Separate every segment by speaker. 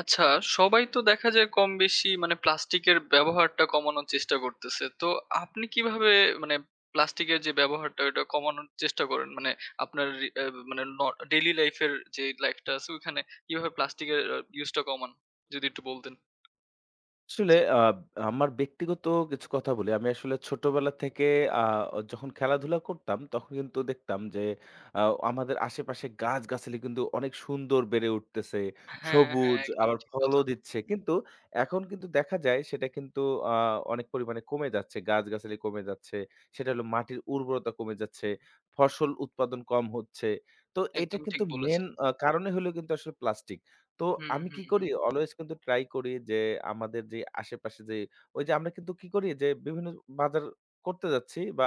Speaker 1: আচ্ছা, সবাই তো দেখা যায় কম বেশি মানে প্লাস্টিকের ব্যবহারটা কমানোর চেষ্টা করতেছে। তো আপনি কিভাবে মানে প্লাস্টিকের যে ব্যবহারটা ওটা কমানোর চেষ্টা করেন? মানে আপনার রি অ্যা মানে ডেইলি লাইফ এর যে লাইফটা আছে ওইখানে কিভাবে প্লাস্টিকের ইউজটা কমান? যদি একটু বলতেন।
Speaker 2: আসলে
Speaker 1: জি।
Speaker 2: আমার ব্যক্তিগত কিছু কথা বলি। আমি আসলে ছোটবেলা থেকে আ যখন খেলাধুলা করতাম, তখন কিন্তু দেখতাম যে আ আমাদের আশেপাশে গাছগাছালি কিন্তু অনেক সুন্দর বেড়ে উঠতেছে।
Speaker 1: হ্যাঁ, হ্যাঁ,
Speaker 2: সবুজ
Speaker 1: একদম
Speaker 2: আবার
Speaker 1: ঠিক কথা।
Speaker 2: ফলও দিচ্ছে। কিন্তু এখন কিন্তু দেখা যায় সেটা কিন্তু আ অনেক পরিমাণে কমে যাচ্ছে। গাছগাছালি কমে যাচ্ছে। সেটা হলো মাটির উর্বরতা কমে যাচ্ছে। ফসল উৎপাদন কম হচ্ছে। তো এটা
Speaker 1: একদম ঠিক
Speaker 2: কিন্তু মেইন
Speaker 1: বলেছেন।
Speaker 2: কারণে হলো কিন্তু আসলে প্লাস্টিক। তো
Speaker 1: হুম,
Speaker 2: আমি
Speaker 1: হুম,
Speaker 2: কি করি
Speaker 1: হুম।
Speaker 2: অলওয়েজ কিন্তু ট্রাই করি যে আমাদের যে আশেপাশে যে ওই যে আমরা কিন্তু কি করি যে বিভিন্ন বাজার করতে যাচ্ছি বা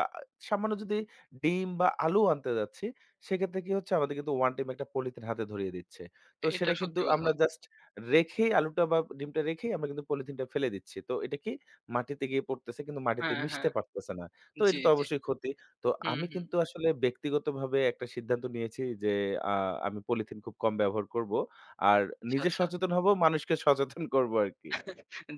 Speaker 2: সামান্য যদি ডিম বা আলু আনতে যাচ্ছি সেক্ষেত্রে কি হচ্ছে আমাদের কিন্তু ওয়ান টাইম একটা পলিথিন হাতে ধরিয়ে দিচ্ছে। তো
Speaker 1: এটা
Speaker 2: সেটা কিন্তু
Speaker 1: সত্যি কথা।
Speaker 2: আমরা জাস্ট রেখেই আলুটা বা ডিমটা রেখেই আমরা কিন্তু পলিথিনটা ফেলে দিচ্ছি। তো এটা কি মাটিতে গিয়ে পড়তেছে কিন্তু মাটিতে
Speaker 1: হ্যাঁ,
Speaker 2: মিশতে
Speaker 1: হ্যাঁ।
Speaker 2: পারতেছে না। তো
Speaker 1: জি,
Speaker 2: এটা তো
Speaker 1: জি।
Speaker 2: অবশ্যই ক্ষতি। তো
Speaker 1: হুম,
Speaker 2: আমি
Speaker 1: হুম।
Speaker 2: কিন্তু আসলে ব্যক্তিগতভাবে একটা সিদ্ধান্ত নিয়েছি যে আ আমি পলিথিন খুব কম ব্যবহার করব। আর
Speaker 1: আচ্ছা,
Speaker 2: নিজে
Speaker 1: আচ্ছা।
Speaker 2: সচেতন হব, মানুষকে সচেতন করব আরকি।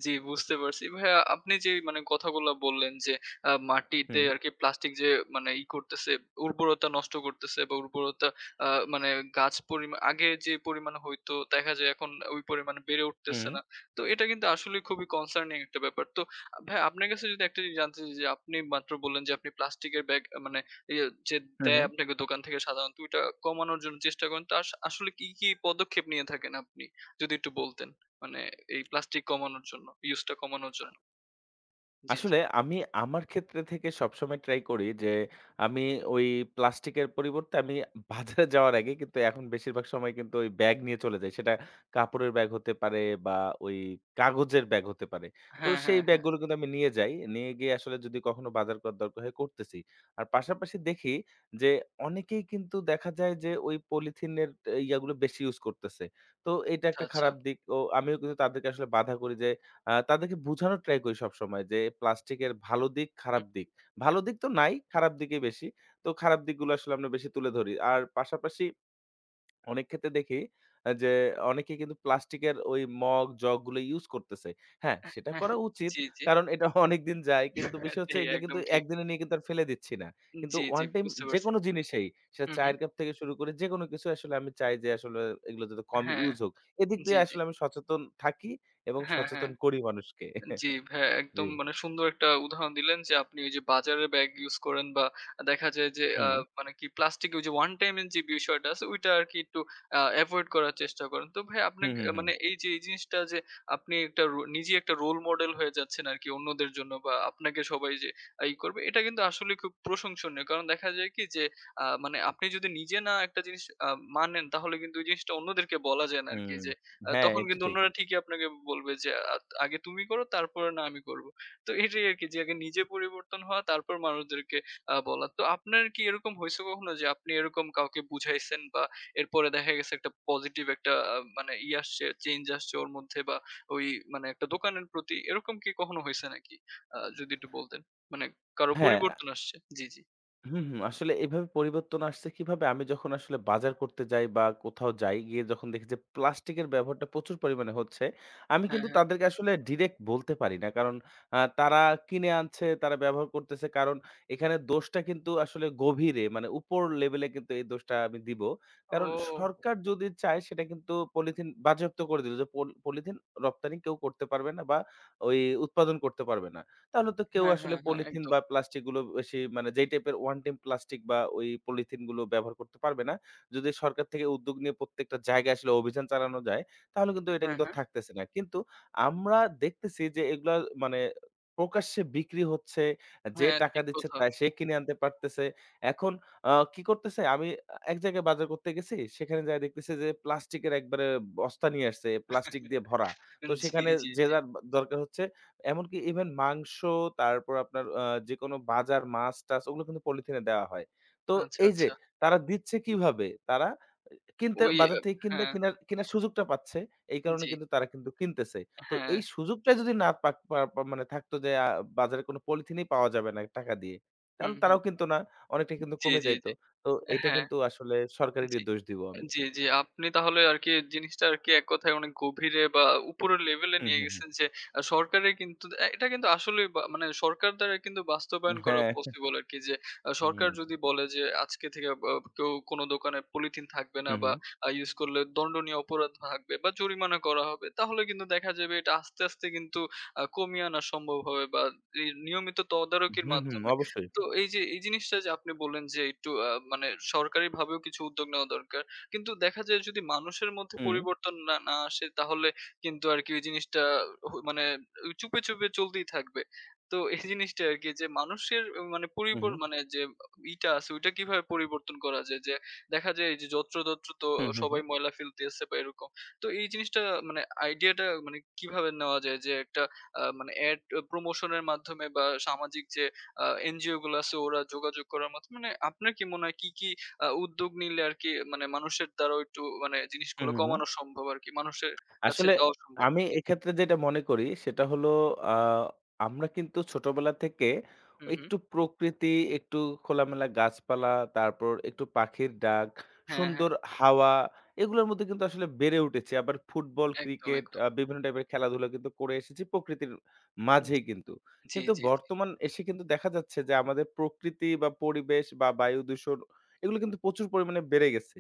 Speaker 1: জি, বুঝতে পারছি। ভাইয়া আপনি যে মানে কথাগুলা বললেন যে মাটিতে
Speaker 2: হুম,
Speaker 1: আরকি প্লাস্টিক যে মানে করতেছে, উর্বরতা নষ্ট করতেছে বা উর্বরতা আ মানে গাছ পরিমা আগে যে পরিমাণে হইতো দেখা যায় এখন ওই পরিমাণে বেড়ে উঠতেছে
Speaker 2: হুম,
Speaker 1: না। তো এটা কিন্তু আসলেই খুবই কনসার্নিং একটা ব্যাপার। তো ভাইয়া আপনার কাছে যদি একটা জিনিস জানতে চাই যে আপনি মাত্র বললেন যে আপনি প্লাস্টিকের ব্যাগ মানে ইয়ে যে
Speaker 2: হুম,
Speaker 1: দেয়
Speaker 2: হুম।
Speaker 1: আপনাকে দোকান থেকে সাধারণত ওইটা কমানোর জন্য চেষ্টা করেন। তো আসলে কি পদক্ষেপ নিয়ে থাকেন আপনি? যদি একটু বলতেন। মানে এই প্লাস্টিক কমানোর জন্য, ইউজটা কমানোর জন্য। জি, জি।
Speaker 2: আসলে আমি আমার ক্ষেত্রে থেকে সবসময় ট্রাই করি যে, আমি ওই প্লাস্টিকের পরিবর্তে আমি বাজারে যাওয়ার আগে কিন্তু এখন বেশিরভাগ সময় কিন্তু ওই ব্যাগ নিয়ে চলে যাই। সেটা কাপড়ের ব্যাগ হতে পারে বা ওই কাগজের ব্যাগ হতে পারে। তো
Speaker 1: হ্যাঁ,
Speaker 2: সেই
Speaker 1: হ্যাঁ, হ্যাঁ।
Speaker 2: ব্যাগগুলো কিন্তু আমি নিয়ে যাই। নিয়ে গিয়ে আসলে যদি কখনো বাজার করার দরকার হয় করতেছি। আর পাশাপাশি দেখি যে অনেকেই কিন্তু দেখা যায় যে ওই পলিথিনের ইয়াগুলো বেশি ইউজ করতেছে। তো এটা
Speaker 1: আচ্ছা,
Speaker 2: একটা
Speaker 1: আচ্ছা।
Speaker 2: খারাপ দিক। ও আমিও কিন্তু তাদেরকে আসলে বাধা করি যে তাদেরকে বুঝানোর ট্রাই করি সবসময় যে প্লাস্টিকের ভালো দিক, খারাপ
Speaker 1: হুম,
Speaker 2: দিক।
Speaker 1: হুম।
Speaker 2: ভালো দিক তো নাই, খারাপ দিকই বেশি। তো খারাপ দিকগুলো আসলে আমরা বেশি তুলে ধরি। আর পাশাপাশি অনেক ক্ষেত্রে দেখি যে অনেকে কিন্তু প্লাস্টিকের ওই মগ, জগ গুলো ইউজ করতেছে। হ্যাঁ, সেটা
Speaker 1: হ্যাঁ,
Speaker 2: করা উচিত।
Speaker 1: জি, জি।
Speaker 2: কারণ এটা অনেকদিন যায়। কিন্তু বিষয় হচ্ছে
Speaker 1: ঠিক,
Speaker 2: এগুলো
Speaker 1: একদম
Speaker 2: কিন্তু
Speaker 1: ঠিক।
Speaker 2: একদিনে নিয়ে কিন্তু আর ফেলে দিচ্ছি না। কিন্তু
Speaker 1: জি, জি
Speaker 2: one time
Speaker 1: বুঝতে পারছি।
Speaker 2: যেকোনো জিনিসেই সেটা
Speaker 1: হুম, হুম।
Speaker 2: চায়ের কাপ থেকে শুরু করে যেকোনো কিছু আসলে আমি চাই যে আসলে এগুলো যাতে কম
Speaker 1: হ্যাঁ,
Speaker 2: ইউজ হোক। এদিক
Speaker 1: জি,
Speaker 2: দিয়ে
Speaker 1: জি।
Speaker 2: আসলে আমি সচেতন থাকি এবং
Speaker 1: হ্যাঁ, হ্যাঁ।
Speaker 2: সচেতন করি মানুষকে।
Speaker 1: জি হ্যাঁ, একদম
Speaker 2: জি।
Speaker 1: মানে সুন্দর একটা উদাহরণ দিলেন যে আপনি ওই যে বাজারের ব্যাগ ইউজ করেন বা দেখা যায় যে
Speaker 2: হুম।
Speaker 1: মানে কি প্লাস্টিক ওই যে ওয়ান টাইম এর যে বিষয়টা আছে ওইটা আরকি একটু এভয়েড করার চেষ্টা করেন। তো ভাই
Speaker 2: হুম,
Speaker 1: আপনাকে
Speaker 2: হুম, হুম।
Speaker 1: মানে এই যে এই জিনিসটা যে আপনি একটা রো নিজে একটা রোল মডেল হয়ে যাচ্ছেন আরকি অন্যদের জন্য বা আপনাকে সবাই যে আহ, ই করবে এটা কিন্তু আসলে খুব প্রশংসনীয়। কারণ দেখা যায় কি যে মানে আপনি যদি নিজে না একটা জিনিস মানেন তাহলে কিন্তু ওই জিনিসটা অন্যদেরকে বলা যায় না আরকি
Speaker 2: হুম।
Speaker 1: যে
Speaker 2: হ্যাঁ,
Speaker 1: তখন
Speaker 2: এটা
Speaker 1: কিন্তু
Speaker 2: ঠিক।
Speaker 1: অন্যরা ঠিকই আপনাকে বলবে যে, "আগে তুমি করো তারপরে না আমি করব।" তো এটাই আরকি যে আগে নিজে পরিবর্তন হওয়া তারপর মানুষদেরকে বলা। তো আপনার কি এরকম হইছে কখনো যে আপনি এরকম কাউকে বুঝাইছেন বা এরপরে দেখা গেছে একটা পজিটিভ একটা মানে ই আসছে চেঞ্জ আসছে ওর মধ্যে বা ওই মানে একটা দোকানের প্রতি এরকম কি কখনো হইছে নাকি? যদি একটু বলতেন। মানে কারো
Speaker 2: হ্যাঁ।
Speaker 1: পরিবর্তন আসছে। জি, জি।
Speaker 2: হুম, হুম। আসলে এভাবে পরিবর্তন আসছে কিভাবে? আমি যখন আসলে বাজার করতে যাই বা কোথাও যাই, গিয়ে যখন দেখি যে প্লাস্টিকের ব্যবহারটা প্রচুর পরিমাণে হচ্ছে, আমি
Speaker 1: হ্যাঁ,
Speaker 2: কিন্তু
Speaker 1: হ্যাঁ।
Speaker 2: তাদেরকে আসলে ডিরেক্ট বলতে পারি না। কারণ তারা কিনে আনছে, তারা ব্যবহার করতেছে। কারণ এখানে দোষটা কিন্তু আসলে গভীরে মানে উপর লেভেলে কিন্তু এই দোষটা আমি দিব। কারণ
Speaker 1: ও!
Speaker 2: সরকার যদি চায় সেটা কিন্তু পলিথিন বাজেয়াপ্ত করে দিল যে পলিথিন রপ্তানি কেউ করতে পারবে না বা ওই উৎপাদন করতে পারবে না। তাহলে তো কেউ
Speaker 1: হ্যাঁ,
Speaker 2: আসলে
Speaker 1: হ্যাঁ, হ্যাঁ,
Speaker 2: পলিথিন
Speaker 1: একদম।
Speaker 2: বা প্লাস্টিক গুলো বেশি মানে যেই টাইপের ওয়ান টাইম প্লাস্টিক বা ওই পলিথিন গুলো ব্যবহার করতে পারবে না। যদি সরকার থেকে উদ্যোগ নিয়ে প্রত্যেকটা জায়গায় আসলে অভিযান চালানো যায়, তাহলে কিন্তু এটা
Speaker 1: হ্যাঁ,
Speaker 2: কিন্তু আর
Speaker 1: হ্যাঁ।
Speaker 2: থাকতেছে না। কিন্তু আমরা দেখতেছি যে এগুলা মানে প্রকাশ্যে বিক্রি হচ্ছে। যে
Speaker 1: হ্যাঁ,
Speaker 2: টাকা
Speaker 1: ঠিক
Speaker 2: দিচ্ছে
Speaker 1: কথা।
Speaker 2: তাই সে কিনে আনতে পারতেছে। এখন কি করতেছে? আমি এক জায়গায় বাজার করতে গেছি। সেখানে যায়া দেখতেছি যে প্লাস্টিকের একবারে বস্তা নিয়ে আসছে, প্লাস্টিক দিয়ে ভরা। তো
Speaker 1: জি,
Speaker 2: সেখানে
Speaker 1: জি,
Speaker 2: যে
Speaker 1: জি।
Speaker 2: যার দরকার হচ্ছে এমনকি ইভেন মাংস, তারপর আপনার যেকোনো বাজার, মাছ-টাছ ওগুলো কিন্তু পলিথিনে দেওয়া হয়। তো
Speaker 1: আচ্ছা,
Speaker 2: এই যে
Speaker 1: আচ্ছা।
Speaker 2: তারা দিচ্ছে কিভাবে? তারা কিনতে
Speaker 1: ওই আ
Speaker 2: বাজার থেকে কিনতে
Speaker 1: হ্যাঁ,
Speaker 2: কিনার কিনার সুযোগটা পাচ্ছে। এই কারণে
Speaker 1: জি।
Speaker 2: কিন্তু তারা কিন্তু কিনতেছে। তো
Speaker 1: হ্যাঁ।
Speaker 2: এই সুযোগটা যদি না পাক পা পা মানে থাকতো যে বাজারে কোনো পলিথিনই পাওয়া যাবে না টাকা দিয়ে।
Speaker 1: হুম,
Speaker 2: তাহলে
Speaker 1: হুম।
Speaker 2: তারাও কিনতো না। অনেকটা কিন্তু
Speaker 1: জি,
Speaker 2: কমে
Speaker 1: জি,
Speaker 2: যাইতো।
Speaker 1: জি।
Speaker 2: তো এইটা
Speaker 1: হ্যাঁ।
Speaker 2: কিন্তু আসলে সরকারেরই দোষ দিব আমি।
Speaker 1: জি, জি। আপনি তাহলে আরকি জিনিসটা আরকি এক কথায় অনেক গভীরে বা উপরের লেভেলে
Speaker 2: হুম,
Speaker 1: নিয়ে
Speaker 2: হুম, হুম।
Speaker 1: গেছেন যে সরকারের কিন্তু এটা কিন্তু আসলেই বা মানে সরকার দ্বারা কিন্তু বাস্তবায়ন করা
Speaker 2: হ্যাঁ।
Speaker 1: পসিবল আরকি যে সরকার
Speaker 2: হুম,
Speaker 1: যদি বলে যে আজকে থেকে বা কেউ কোনো দোকানে পলিথিন থাকবে না
Speaker 2: হুম,
Speaker 1: বা
Speaker 2: হুম।
Speaker 1: ইউজ করলে দণ্ডনীয় অপরাধ থাকবে বা জরিমানা করা হবে। তাহলে কিন্তু দেখা যাবে এটা আস্তে, আস্তে কিন্তু কমিয়ে আনা সম্ভব হবে বা এই নিয়মিত
Speaker 2: হুম,
Speaker 1: তদারকির
Speaker 2: হুম। হুম
Speaker 1: মাধ্যমে।
Speaker 2: অবশ্যই।
Speaker 1: তো এই যে এই জিনিসটা যে আপনি বললেন যে একটু মানে সরকারিভাবেও কিছু উদ্যোগ নেওয়া দরকার। কিন্তু দেখা যায় যদি মানুষের মধ্যে
Speaker 2: হুম,
Speaker 1: পরিবর্তন না না আসে তাহলে কিন্তু আরকি ওই জিনিসটা মানে চুপে, চুপে চলতেই থাকবে। তো এই জিনিসটা আরকি যে মানুষের মানে
Speaker 2: হুম,
Speaker 1: মানে যে আছে ওইটা কিভাবে পরিবর্তন করা যায়? যে দেখা যায় এই যে যত্রতত্র তো
Speaker 2: হুম, হুম,
Speaker 1: সবাই
Speaker 2: হুম।
Speaker 1: ময়লা ফেলতেছে বা এরকম। তো এই জিনিসটা মানে আইডিয়াটা মানে কিভাবে নেওয়া যায়? যে একটা মানে প্রমোশন এর মাধ্যমে বা সামাজিক যে এনজিও গুলো আছে ওরা যোগাযোগ করার মাধ্যমে মানে আপনার কি মনে হয় কি উদ্যোগ নিলে আরকি মানে মানুষের দ্বারাও একটু মানে
Speaker 2: হুম,
Speaker 1: জিনিসগুলো
Speaker 2: হুম, হুম।
Speaker 1: কমানো সম্ভব আরকি। মানুষের কাছে
Speaker 2: আসলে
Speaker 1: যাওয়া সম্ভব।
Speaker 2: আমি
Speaker 1: জি, জি।
Speaker 2: এক্ষেত্রে যেটা মনে করি সেটা হলো আ আমরা কিন্তু ছোটবেলা থেকে
Speaker 1: হুম, হুম।
Speaker 2: একটু প্রকৃতি, একটু খোলামেলা গাছপালা, তারপর একটু পাখির ডাক,
Speaker 1: হ্যাঁ, হ্যাঁ।
Speaker 2: সুন্দর হাওয়া এগুলোর মধ্যে কিন্তু আসলে বেড়ে উঠেছি। আবার ফুটবল,
Speaker 1: একদম,
Speaker 2: ক্রিকেট
Speaker 1: একদম।
Speaker 2: বিভিন্ন টাইপের খেলাধুলা কিন্তু করে এসেছি প্রকৃতির মাঝেই কিন্তু।
Speaker 1: জি,
Speaker 2: কিন্তু
Speaker 1: জি, জি।
Speaker 2: বর্তমান এসে কিন্তু দেখা যাচ্ছে যে আমাদের প্রকৃতি বা পরিবেশ বা বায়ু দূষণ এগুলো কিন্তু প্রচুর পরিমাণে বেড়ে গেছে।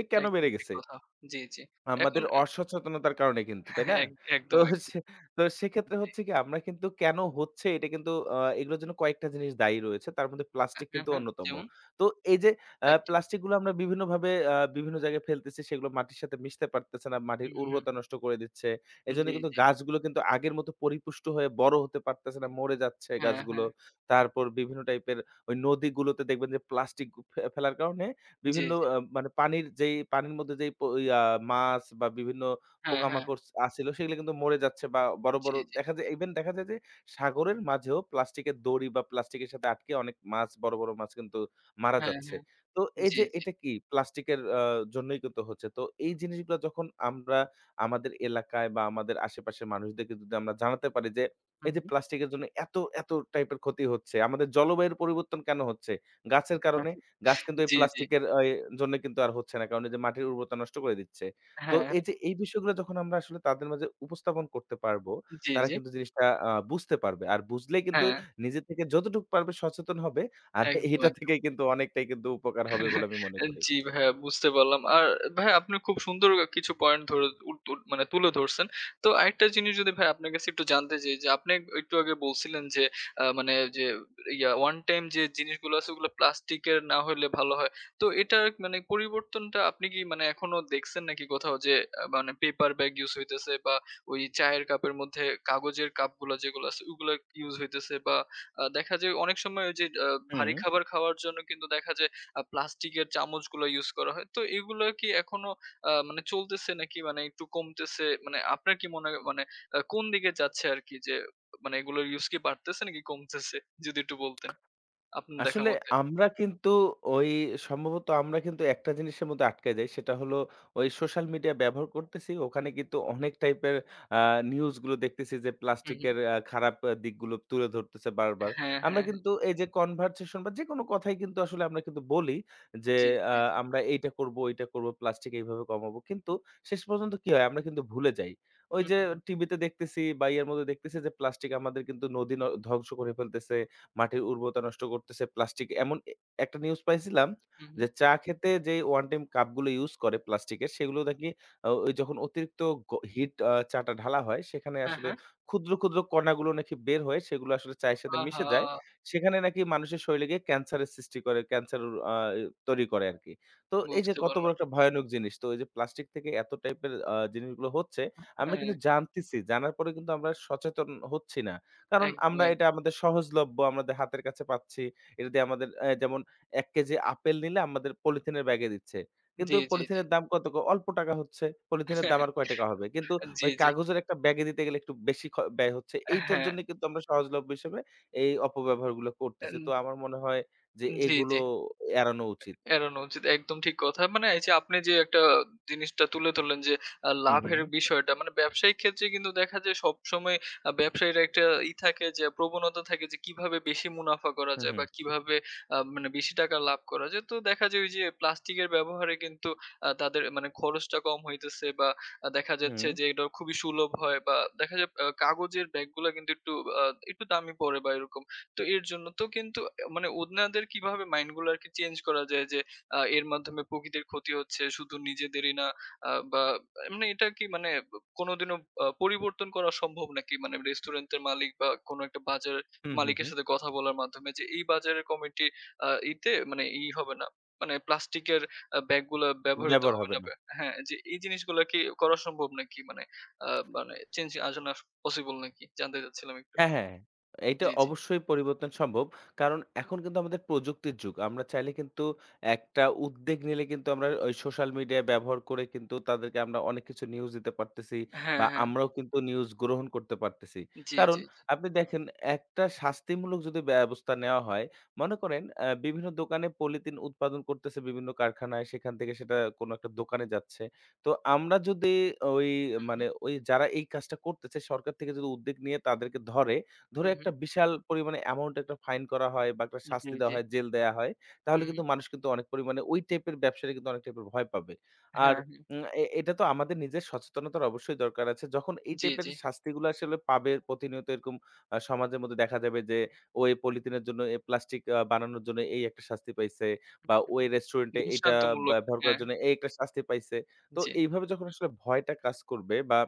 Speaker 2: এ কেন
Speaker 1: একদম
Speaker 2: বেড়ে
Speaker 1: ঠিক
Speaker 2: গেছে?
Speaker 1: কথা। জি, জি। এখন
Speaker 2: আমাদের
Speaker 1: এ
Speaker 2: অসচেতনতার কারণে কিন্তু, তাই
Speaker 1: হ্যাঁ,
Speaker 2: না? তো
Speaker 1: একদম, একদম।
Speaker 2: সে তো সেক্ষেত্রে
Speaker 1: জি।
Speaker 2: হচ্ছে কি আমরা কিন্তু কেন হচ্ছে এটা কিন্তু এগুলোর জন্য কয়েকটা জিনিস দায়ী রয়েছে। তার মধ্যে
Speaker 1: হ্যাঁ,
Speaker 2: প্লাস্টিক
Speaker 1: হ্যাঁ,
Speaker 2: কিন্তু
Speaker 1: হ্যাঁ।
Speaker 2: অন্যতম।
Speaker 1: যেমন?
Speaker 2: তো এই যে
Speaker 1: একদম।
Speaker 2: প্লাস্টিক গুলো আমরা বিভিন্নভাবে বিভিন্ন জায়গায় ফেলতেছি সেগুলো মাটির সাথে মিশতে পারতেছে না। মাটির
Speaker 1: হুম, হুম।
Speaker 2: উর্বরতা নষ্ট করে দিচ্ছে। এজন্য
Speaker 1: জি,
Speaker 2: কিন্তু
Speaker 1: জি।
Speaker 2: গাছগুলো কিন্তু আগের মতো পরিপুষ্ট হয়ে বড় হতে পারতেছে না, মরে যাচ্ছে
Speaker 1: হ্যাঁ,
Speaker 2: গাছগুলো।
Speaker 1: হ্যাঁ।
Speaker 2: তারপর বিভিন্ন টাইপের ওই নদীগুলোতে দেখবেন যে প্লাস্টিক ফেলার কারণে
Speaker 1: জি,
Speaker 2: বিভিন্ন
Speaker 1: জি।
Speaker 2: মানে পানির মধ্যে যেই ইয়া মাছ বা বিভিন্ন
Speaker 1: হ্যাঁ, হ্যাঁ।
Speaker 2: পোকামাকড় আছিল সেগুলো কিন্তু মরে যাচ্ছে বা বড়,
Speaker 1: জি,
Speaker 2: বড়
Speaker 1: জি।
Speaker 2: দেখা যায় ইভেন দেখা যায় যে সাগরের মাঝেও প্লাস্টিকের দড়ি বা প্লাস্টিকের সাথে আটকে অনেক মাছ বড়, বড় মাছ কিন্তু মারা
Speaker 1: হ্যাঁ,
Speaker 2: যাচ্ছে।
Speaker 1: হ্যাঁ।
Speaker 2: তো এই
Speaker 1: জি,
Speaker 2: যে
Speaker 1: জি।
Speaker 2: এটা কি প্লাস্টিকের জন্যই কিন্তু হচ্ছে। তো এই জিনিসগুলো যখন আমরা আমাদের এলাকায় বা আমাদের আশেপাশের মানুষদেরকে যদি আমরা জানাতে পারি যে
Speaker 1: হুম,
Speaker 2: এই যে
Speaker 1: হুম।
Speaker 2: প্লাস্টিকের জন্য এত, এত টাইপের ক্ষতি হচ্ছে। আমাদের জলবায়ুর পরিবর্তন কেন হচ্ছে? গাছের
Speaker 1: হ্যাঁ,
Speaker 2: কারণে। গাছ কিন্তু এই
Speaker 1: জি, জি।
Speaker 2: প্লাস্টিকের অ এ জন্য কিন্তু আর হচ্ছে না। কারণ এই যে মাটির উর্বরতা নষ্ট করে দিচ্ছে। তো
Speaker 1: হ্যাঁ,
Speaker 2: এই যে
Speaker 1: হ্যাঁ।
Speaker 2: এই বিষয়গুলো যখন আমরা আসলে তাদের মাঝে উপস্থাপন করতে পারবো,
Speaker 1: জি,
Speaker 2: তারা
Speaker 1: জি।
Speaker 2: কিন্তু জিনিসটা বুঝতে পারবে। আর বুঝলেই কিন্তু
Speaker 1: হ্যাঁ,
Speaker 2: নিজে থেকে যতটুকু পারবে সচেতন হবে। আর
Speaker 1: একদম,
Speaker 2: এটা
Speaker 1: একদম।
Speaker 2: থেকে কিন্তু অনেকটাই কিন্তু উপকার হবে বলে আমি মনে করি।
Speaker 1: জি ভাইয়া বুঝতে পারলাম। আর ভাইয়া আপনি খুব সুন্দর কিছু পয়েন্ট ধরে উ তু মানে তুলে ধরছেন। তো আরেকটা জিনিস যদি ভাই আপনার কাছে একটু জানতে চাই যে আপনি একটু আগে বলছিলেন যে মানে যে one time যে জিনিসগুলো আছে ওগুলো প্লাস্টিকের না হইলে ভালো হয়। তো এটার মানে পরিবর্তনটা আপনি কি মানে এখনো দেখছেন নাকি কোথাও যে মানে পেপার ব্যাগ ইউজ হইতেছে বা ওই চায়ের কাপের মধ্যে কাগজের কাপগুলা যেগুলো আছে ওগুলা ইউজ হইতেছে বা দেখা যায় অনেক সময় ওই যে
Speaker 2: হুম।
Speaker 1: ভারী খাবার খাওয়ার জন্য কিন্তু দেখা যায় প্লাস্টিকের চামচগুলো ইউজ করা হয়। তো এগুলো কি এখনো মানে চলতেছে নাকি মানে একটু কমতেছে? মানে আপনার কি মনে হয় মানে কোন দিকে যাচ্ছে আরকি যে মানে এগুলোর ইউজ কি বাড়তেছে নাকি কমতেছে? যদি একটু বলতেন। আপনার দেখা
Speaker 2: আসলে
Speaker 1: মতে।
Speaker 2: আমরা কিন্তু ওই সম্ভবত আমরা কিন্তু একটা জিনিসের মধ্যে আটকে যাই। সেটা হলো ওই সোশ্যাল মিডিয়া ব্যবহার করতেছি। ওখানে কিন্তু অনেক টাইপের আ নিউজ গুলো দেখতেছি যে
Speaker 1: হুম, হুম।
Speaker 2: প্লাস্টিকের খারাপ দিকগুলো তুলে ধরতেছে বারবার।
Speaker 1: হ্যাঁ,
Speaker 2: আমরা
Speaker 1: হ্যাঁ, হ্যাঁ।
Speaker 2: কিন্তু এই যে কনভারসেশন বা যেকোনো কথাই কিন্তু আসলে আমরা কিন্তু বলি যে
Speaker 1: জি,
Speaker 2: আ
Speaker 1: জি, জি।
Speaker 2: আমরা এইটা করব, ওইটা করব, প্লাস্টিক এইভাবে কমাবো। কিন্তু শেষ পর্যন্ত কি হয়? আমরা কিন্তু ভুলে যাই। ওই
Speaker 1: হুম,
Speaker 2: যে
Speaker 1: হুম,
Speaker 2: টিভিতে দেখতেছি বা ইয়ের মধ্যে দেখতেছি যে প্লাস্টিক আমাদের কিন্তু নদী ন ধ্বংস করে ফেলতেছে। মাটির উর্বরতা নষ্ট করতেছে। প্লাস্টিক এমন এ একটা নিউজ পাইছিলাম
Speaker 1: হুম, হুম।
Speaker 2: যে, চা খেতে যেই ওয়ান টাইম কাপগুলো ইউজ করে প্লাস্টিকের, সেগুলো নাকি ওই যখন অতিরিক্ত হিট চাটা ঢালা হয়, সেখানে
Speaker 1: হ্যাঁ,
Speaker 2: আসলে
Speaker 1: হ্যাঁ।
Speaker 2: ক্ষুদ্র, ক্ষুদ্র কণাগুলো নাকি বের হয়ে সেগুলো আসলে চায়ের সাথে মিশে
Speaker 1: আহা!
Speaker 2: যায়। সেখানে নাকি মানুষের শরীরে গিয়ে ক্যান্সারের সৃষ্টি করে, ক্যান্সার আ তৈরি করে আরকি। তো এই যে
Speaker 1: বুঝতে
Speaker 2: কত বড়
Speaker 1: পারলাম।
Speaker 2: একটা ভয়ানক জিনিস। তো এই যে প্লাস্টিক থেকে এত টাইপের জিনিসগুলো হচ্ছে, আমরা
Speaker 1: হ্যাঁ,
Speaker 2: কিন্তু জানতেছি, জানার পরে কিন্তু আমরা সচেতন হচ্ছি না। কারণ
Speaker 1: একদম,
Speaker 2: আমরা এটা
Speaker 1: একদম।
Speaker 2: আমাদের সহজলভ্য, আমাদের হাতের কাছে পাচ্ছি। এটা দিয়ে আমাদের যেমন ১ কেজি আপেল নিলে আমাদের পলিথিনের ব্যাগে দিচ্ছে।
Speaker 1: জি,
Speaker 2: কিন্তু
Speaker 1: জি, জি।
Speaker 2: পলিথিনের দাম কত? অল্প টাকা হচ্ছে। পলিথিনের দাম আর কয় টাকা হবে? কিন্তু
Speaker 1: জি,
Speaker 2: ওই
Speaker 1: জি।
Speaker 2: কাগজের একটা ব্যাগে দিতে গেলে একটু বেশি ব্যয় হচ্ছে। এইটার
Speaker 1: হ্যাঁ।
Speaker 2: জন্য কিন্তু আমরা সহজলভ্য হিসেবে এই অপব্যবহারগুলো
Speaker 1: এন
Speaker 2: করতেছি। তো আমার মনে হয় যে
Speaker 1: জি, জি।
Speaker 2: এগুলো এড়ানো উচিত।
Speaker 1: এড়ানো উচিত। একদম ঠিক কথা। মানে এই যে আপনি যে একটা জিনিসটা তুলে ধরলেন যে
Speaker 2: হু, হু,
Speaker 1: লাভের বিষয়টা মানে ব্যবসায়িক ক্ষেত্রে কিন্তু দেখা যায় সবসময় ব্যবসায়ীর একটা থাকে যে প্রবণতা থাকে যে কিভাবে বেশি মুনাফা করা
Speaker 2: হু,
Speaker 1: যায়
Speaker 2: হু,
Speaker 1: বা কিভাবে মানে বেশি টাকা লাভ করা যায়। তো দেখা যায় ওই যে প্লাস্টিকের ব্যবহারে কিন্তু তাদের মানে খরচটা কম হইতেছে বা দেখা
Speaker 2: হু,
Speaker 1: যাচ্ছে যে এটা খুবই সুলভ হয় বা দেখা যায় কাগজের ব্যাগগুলা কিন্তু আ একটু দামি পড়ে বা এরকম। তো এর জন্য তো কিন্তু মানে উনাদের কিভাবে মাইন্ড গুলো আরকি চেঞ্জ করা যায় যে এর মাধ্যমে প্রকৃতির ক্ষতি হচ্ছে শুধু নিজেদেরই না বা এমনি এটা কি মানে কোনদিনও পরিবর্তন করা সম্ভব নাকি? মানে রেস্টুরেন্টের মালিক বা কোন একটা বাজার
Speaker 2: হু, হু, হু, হু।
Speaker 1: মালিকের সাথে কথা বলার মাধ্যমে যে এই বাজারের কমিটি আ ইতে মানে হবে না। মানে প্লাস্টিকের ব্যাগ গুলা ব্যবহৃত
Speaker 2: ব্যবহার
Speaker 1: হবে
Speaker 2: হবে
Speaker 1: না
Speaker 2: না।
Speaker 1: হ্যাঁ, যে এই জিনিসগুলা কি করা সম্ভব নাকি? মানে আ মানে চেঞ্জ আসলে পসিবল নাকি? জানতে চাচ্ছিলাম একটু।
Speaker 2: হ্যাঁ, হ্যাঁ, হ্যাঁ। এইটা
Speaker 1: জি, জি।
Speaker 2: অবশ্যই পরিবর্তন সম্ভব। কারণ এখন কিন্তু আমাদের প্রযুক্তির যুগ। আমরা চাইলে কিন্তু একটা উদ্বেগ নিলে কিন্তু আমরা ওই সোশ্যাল মিডিয়া ব্যবহার করে কিন্তু তাদেরকে আমরা অনেক কিছু নিউজ দিতে পারতেছি
Speaker 1: হ্যাঁ,
Speaker 2: বা
Speaker 1: হ্যাঁ।
Speaker 2: আমরাও কিন্তু নিউজ গ্রহণ করতে পারতেছি।
Speaker 1: জি,
Speaker 2: কারণ
Speaker 1: জি, জি।
Speaker 2: আপনি দেখেন একটা শাস্তিমূলক যদি ব্যবস্থা নেওয়া হয়, মনে করেন বিভিন্ন দোকানে পলিথিন উৎপাদন করতেছে বিভিন্ন কারখানায়, সেখান থেকে সেটা কোনো একটা দোকানে যাচ্ছে। তো আমরা যদি ওই
Speaker 1: হু,
Speaker 2: মানে ওই যারা এই কাজটা করতেছে সরকার থেকে যদি উদ্যোগ নিয়ে তাদেরকে ধরে,
Speaker 1: হু, হু।
Speaker 2: একটা বিশাল পরিমাণে অ্যামাউন্ট একটা ফাইন করা হয় বা একটা
Speaker 1: জি,
Speaker 2: শাস্তি
Speaker 1: জি।
Speaker 2: দেওয়া হয়, জেল দেয়া হয়,
Speaker 1: হু,
Speaker 2: তাহলে কিন্তু
Speaker 1: হু।
Speaker 2: মানুষ কিন্তু অনেক পরিমাণে ওই টাইপের ব্যবসায়ীরা কিন্তু অনেক টাইপের ভয় পাবে। আর
Speaker 1: হ্যাঁ, হ্যাঁ।
Speaker 2: উম এ এটা তো আমাদের নিজের সচেতনতার অবশ্যই দরকার আছে। যখন এই
Speaker 1: জি,
Speaker 2: টাইপের
Speaker 1: জি।
Speaker 2: শাস্তিগুলো আসলে পাবে প্রতিনিয়ত এরকম সমাজের মধ্যে দেখা যাবে যে, ও এই পলিথিনের জন্য প্লাস্টিক বানানোর জন্য এই একটা শাস্তি পাইছে বা ও এই রেস্টুরেন্টে এইটা
Speaker 1: দৃষ্টান্তমূলক।
Speaker 2: ব্যবহার
Speaker 1: হ্যাঁ,
Speaker 2: করার জন্য এই একটা শাস্তি পাইছে। তো
Speaker 1: জি।
Speaker 2: এইভাবে যখন আসলে ভয়টা কাজ করবে বা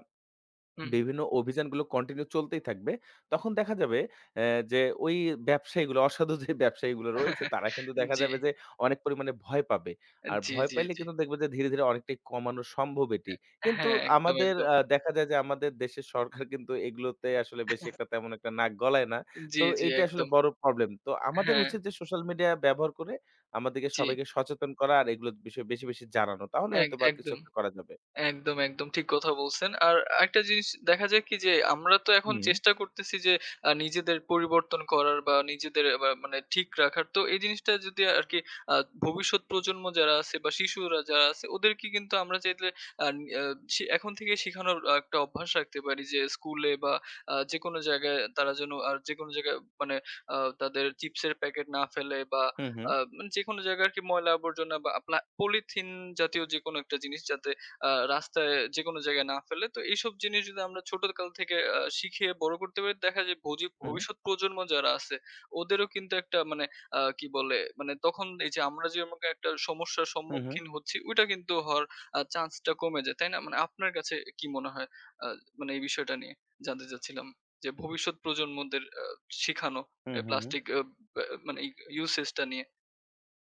Speaker 1: হু, হু।
Speaker 2: বিভিন্ন অভিযানগুলো কন্টিনিউ চলতেই থাকবে, তখন দেখা যাবে অ্যা যে ওই ব্যবসায়ীগুলো অসাধু যে ব্যবসায়ীগুলো রয়েছে তারা কিন্তু দেখা
Speaker 1: জি,
Speaker 2: যাবে যে অনেক পরিমাণে ভয় পাবে। আর
Speaker 1: জি,
Speaker 2: ভয়
Speaker 1: জি,
Speaker 2: পাইলে
Speaker 1: জি।
Speaker 2: কিন্তু দেখবে যে ধীরে, ধীরে অনেকটাই কমানো সম্ভব এটি। কিন্তু
Speaker 1: হ্যাঁ, একদম,
Speaker 2: আমাদের
Speaker 1: একদম।
Speaker 2: দেখা যায় যে আমাদের দেশের সরকার কিন্তু এগুলোতে আসলে বেশি একটা তেমন একটা নাক গলায় না।
Speaker 1: জি,
Speaker 2: তো
Speaker 1: জি,
Speaker 2: এইটা আসলে
Speaker 1: একদম।
Speaker 2: বড় প্রবলেম। তো আমাদের
Speaker 1: হ্যাঁ,
Speaker 2: উচিত যে সোশ্যাল মিডিয়া ব্যবহার করে আমাদেরকে
Speaker 1: জি।
Speaker 2: সবাইকে সচেতন করা আর এগুলোর বিষয়ে বেশি, বেশি জানানো। তাহলে হয়তোবা কিছু
Speaker 1: একদম।
Speaker 2: একটা করা যাবে।
Speaker 1: একদম, একদম ঠিক কথা বলছেন। আর আরেকটা জিনিস দেখা যায় কি যে আমরা তো এখন
Speaker 2: হুম,
Speaker 1: চেষ্টা করতেছি যে নিজেদের পরিবর্তন করার বা নিজেদের মানে ঠিক রাখার। তো এই জিনিসটা যদি আরকি আ ভবিষ্যৎ প্রজন্ম যারা আছে বা শিশুরা যারা আছে ওদেরকে কিন্তু আমরা চাইলে আ আ শি এখন থেকে শিখানোর একটা অভ্যাস রাখতে পারি যে স্কুলে বা যেকোনো জায়গায় তারা যেন আর যেকোনো জায়গায় মানে আ তাদের চিপসের প্যাকেট না ফেলে বা
Speaker 2: হুম, হুম,
Speaker 1: মানে যেকোনো জায়গায় আরকি ময়লা আবর্জনা বা পলিথিন জাতীয় যেকোনো একটা জিনিস যাতে রাস্তায় যেকোনো জায়গায় না ফেলে। তো এইসব জিনিস যদি আমরা ছোটকাল থেকে শিখে বড় করতে পারি, দেখা যায়
Speaker 2: হুম,
Speaker 1: ভবিষ্যৎ প্রজন্ম যারা আছে, ওদেরও কিন্তু একটা মানে কি বলে? মানে তখন এই যে আমরা যেমন একটা সমস্যার
Speaker 2: হুম, হুম,
Speaker 1: সম্মুখীন হচ্ছি, ওইটা কিন্তু হওয়ার চান্সটা কমে যায়। তাই না? মানে আপনার কাছে কি মনে হয়? আ মানে এই বিষয়টা নিয়ে জানতে চাচ্ছিলাম। যে ভবিষ্যৎ প্রজন্মদের শিখানো
Speaker 2: হুম,
Speaker 1: এ
Speaker 2: হুম, হুম।
Speaker 1: প্লাস্টিক আ ব্যা মানে ইউসেজ টা নিয়ে।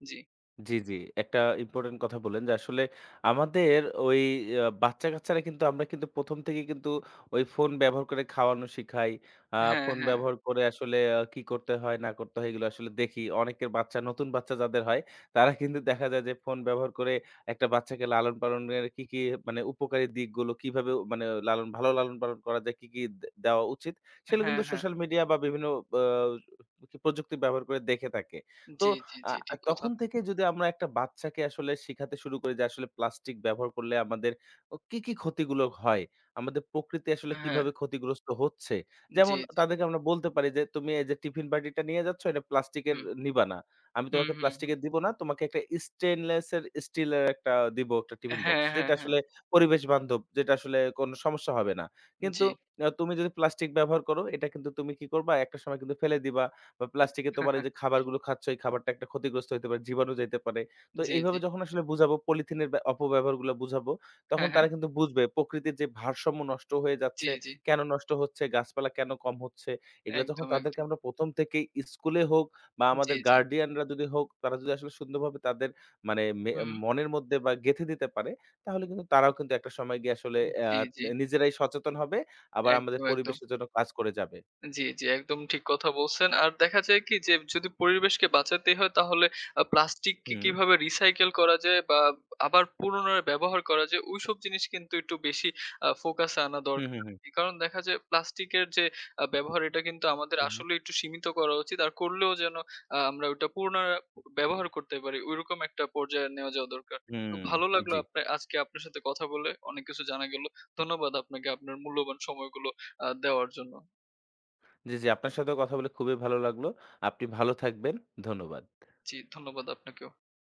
Speaker 1: জি।
Speaker 2: জি, জি। একটা ইম্পোর্টেন্ট কথা বললেন যে আসলে আমাদের ওই বাচ্চা-কাচ্চারা কিন্তু আমরা কিন্তু ১ম থেকেই কিন্তু ওই ফোন ব্যবহার করে খাওয়ানো শিখাই। আ
Speaker 1: হ্যাঁ,
Speaker 2: ফোন
Speaker 1: হ্যাঁ।
Speaker 2: ব্যবহার করে আসলে কি করতে হয় না করতে হয় এগুলো আসলে দেখি। অনেকের বাচ্চা নতুন বাচ্চা যাদের হয় তারা কিন্তু দেখা যায় যে ফোন ব্যবহার করে একটা বাচ্চাকে লালন-পালনের কি, কি মানে উপকারী দিকগুলো কিভাবে মানে ভালো লালন-পালন করা যায়, কি, কি দেওয়া উচিত সেগুলো
Speaker 1: হ্যাঁ,
Speaker 2: কিন্তু
Speaker 1: হ্যাঁ।
Speaker 2: সোশ্যাল মিডিয়া বা বিভিন্ন আ প্রযুক্তি ব্যবহার করে দেখে থাকে। তো
Speaker 1: জি, জি,
Speaker 2: আ
Speaker 1: জি।
Speaker 2: আ
Speaker 1: ঠিক কথা।
Speaker 2: তখন থেকে যদি আমরা একটা বাচ্চাকে আসলে শিখাতে শুরু করি যে আসলে প্লাস্টিক ব্যবহার করলে আমাদের ও কি, কি ক্ষতিগুলো হয়? আমাদের প্রকৃতি আসলে
Speaker 1: হ্যাঁ।
Speaker 2: কিভাবে ক্ষতিগ্রস্ত হচ্ছে?
Speaker 1: জি,
Speaker 2: যেমন
Speaker 1: জি।
Speaker 2: তাদেরকে আমরা বলতে পারি যে, "তুমি এই যে টিফিন বাটিটা নিয়ে যাচ্ছ এটা প্লাস্টিকের
Speaker 1: হুম,
Speaker 2: নিবা না। আমি
Speaker 1: হুম,
Speaker 2: তোমাকে
Speaker 1: হুম, হুম।
Speaker 2: প্লাস্টিকের দিব না। তোমাকে একটা স্টেইনলেস এর স্টিলের একটা দিব একটা টিফিন
Speaker 1: হ্যাঁ,
Speaker 2: বক্স।
Speaker 1: হ্যাঁ,
Speaker 2: যেটা
Speaker 1: হ্যাঁ।
Speaker 2: আসলে পরিবেশ বান্ধব, যেটা আসলে কোনো সমস্যা হবে না।
Speaker 1: জি।
Speaker 2: কিন্তু তুমি যদি প্লাস্টিক ব্যবহার করো এটা কিন্তু তুমি কি করবা? একটা সময় কিন্তু ফেলে দিবা। বা প্লাস্টিকে তোমার এই যে খাবারগুলো খাচ্ছ, এই খাবারটা একটা ক্ষতিগ্রস্ত হইতে পারে, জীবাণু যাইতে পারে। তো
Speaker 1: জি, জি।
Speaker 2: এইভাবে যখন আসলে বুঝাবো, পলিথিনের অপব্যবহারগুলো বুঝাবো, তখন
Speaker 1: হ্যাঁ, হ্যাঁ।
Speaker 2: তারা কিন্তু বুঝবে প্রকৃতির যে ভারসাম্য নষ্ট হয়ে
Speaker 1: জি,
Speaker 2: যাচ্ছে,
Speaker 1: জি।
Speaker 2: কেন নষ্ট হচ্ছে, গাছপালা কেন কম হচ্ছে। এগুলা যখন
Speaker 1: একদম,
Speaker 2: তাদেরকে
Speaker 1: একদম।
Speaker 2: আমরা ১ম থেকেই স্কুলে হোক বা
Speaker 1: জি,
Speaker 2: আমাদের
Speaker 1: জি।
Speaker 2: গার্ডিয়ানরা যদি হোক, তারা যদি আসলে সুন্দরভাবে তাদের মানে
Speaker 1: হুম, হুম।
Speaker 2: মনের মধ্যে বা গেঁথে দিতে পারে, তাহলে কিন্তু তারাও কিন্তু একটা সময় গিয়ে আসলে
Speaker 1: জি, জি।
Speaker 2: নিজেরাই সচেতন হবে, আবার আমাদের
Speaker 1: একদম, একদম।
Speaker 2: পরিবেশের জন্য কাজ করে যাবে।
Speaker 1: জি, জি, একদম ঠিক কথা বলছেন। আর দেখা যায় কি যে যদি পরিবেশকে বাঁচাতে হয় তাহলে প্লাস্টিককে
Speaker 2: হুম।
Speaker 1: কিভাবে রিসাইকেল করা যায় বা আবার পুনরায় ব্যবহার করা যায় ওইসব জিনিস কিন্তু একটু বেশি ফোকাসে আনা
Speaker 2: হু,
Speaker 1: দরকার।
Speaker 2: হু, হু।
Speaker 1: কারণ দেখা যায় প্লাস্টিকের যে ব্যবহার এটা কিন্তু আমাদের
Speaker 2: হু, হু।
Speaker 1: আসলে একটু সীমিত করা উচিত। আর করলেও যেন আমরা ওটা পুনরায় ব্যবহার করতে পারি। ঐরকম একটা পর্যায়ে নেওয়া যাওয়া দরকার। তো
Speaker 2: হুম,
Speaker 1: ভালো লাগলো
Speaker 2: জি।
Speaker 1: আপনে আজকে আপনার সাথে কথা বলে অনেক কিছু জানা গেল। ধন্যবাদ আপনাকে আপনার মূল্যবান সময়গুলো দেওয়ার জন্য।
Speaker 2: জি, জি, আপনার সাথেও কথা বলে খুবই ভালো লাগলো। আপনি ভালো থাকবেন। ধন্যবাদ।
Speaker 1: জি, ধন্যবাদ আপনাকেও।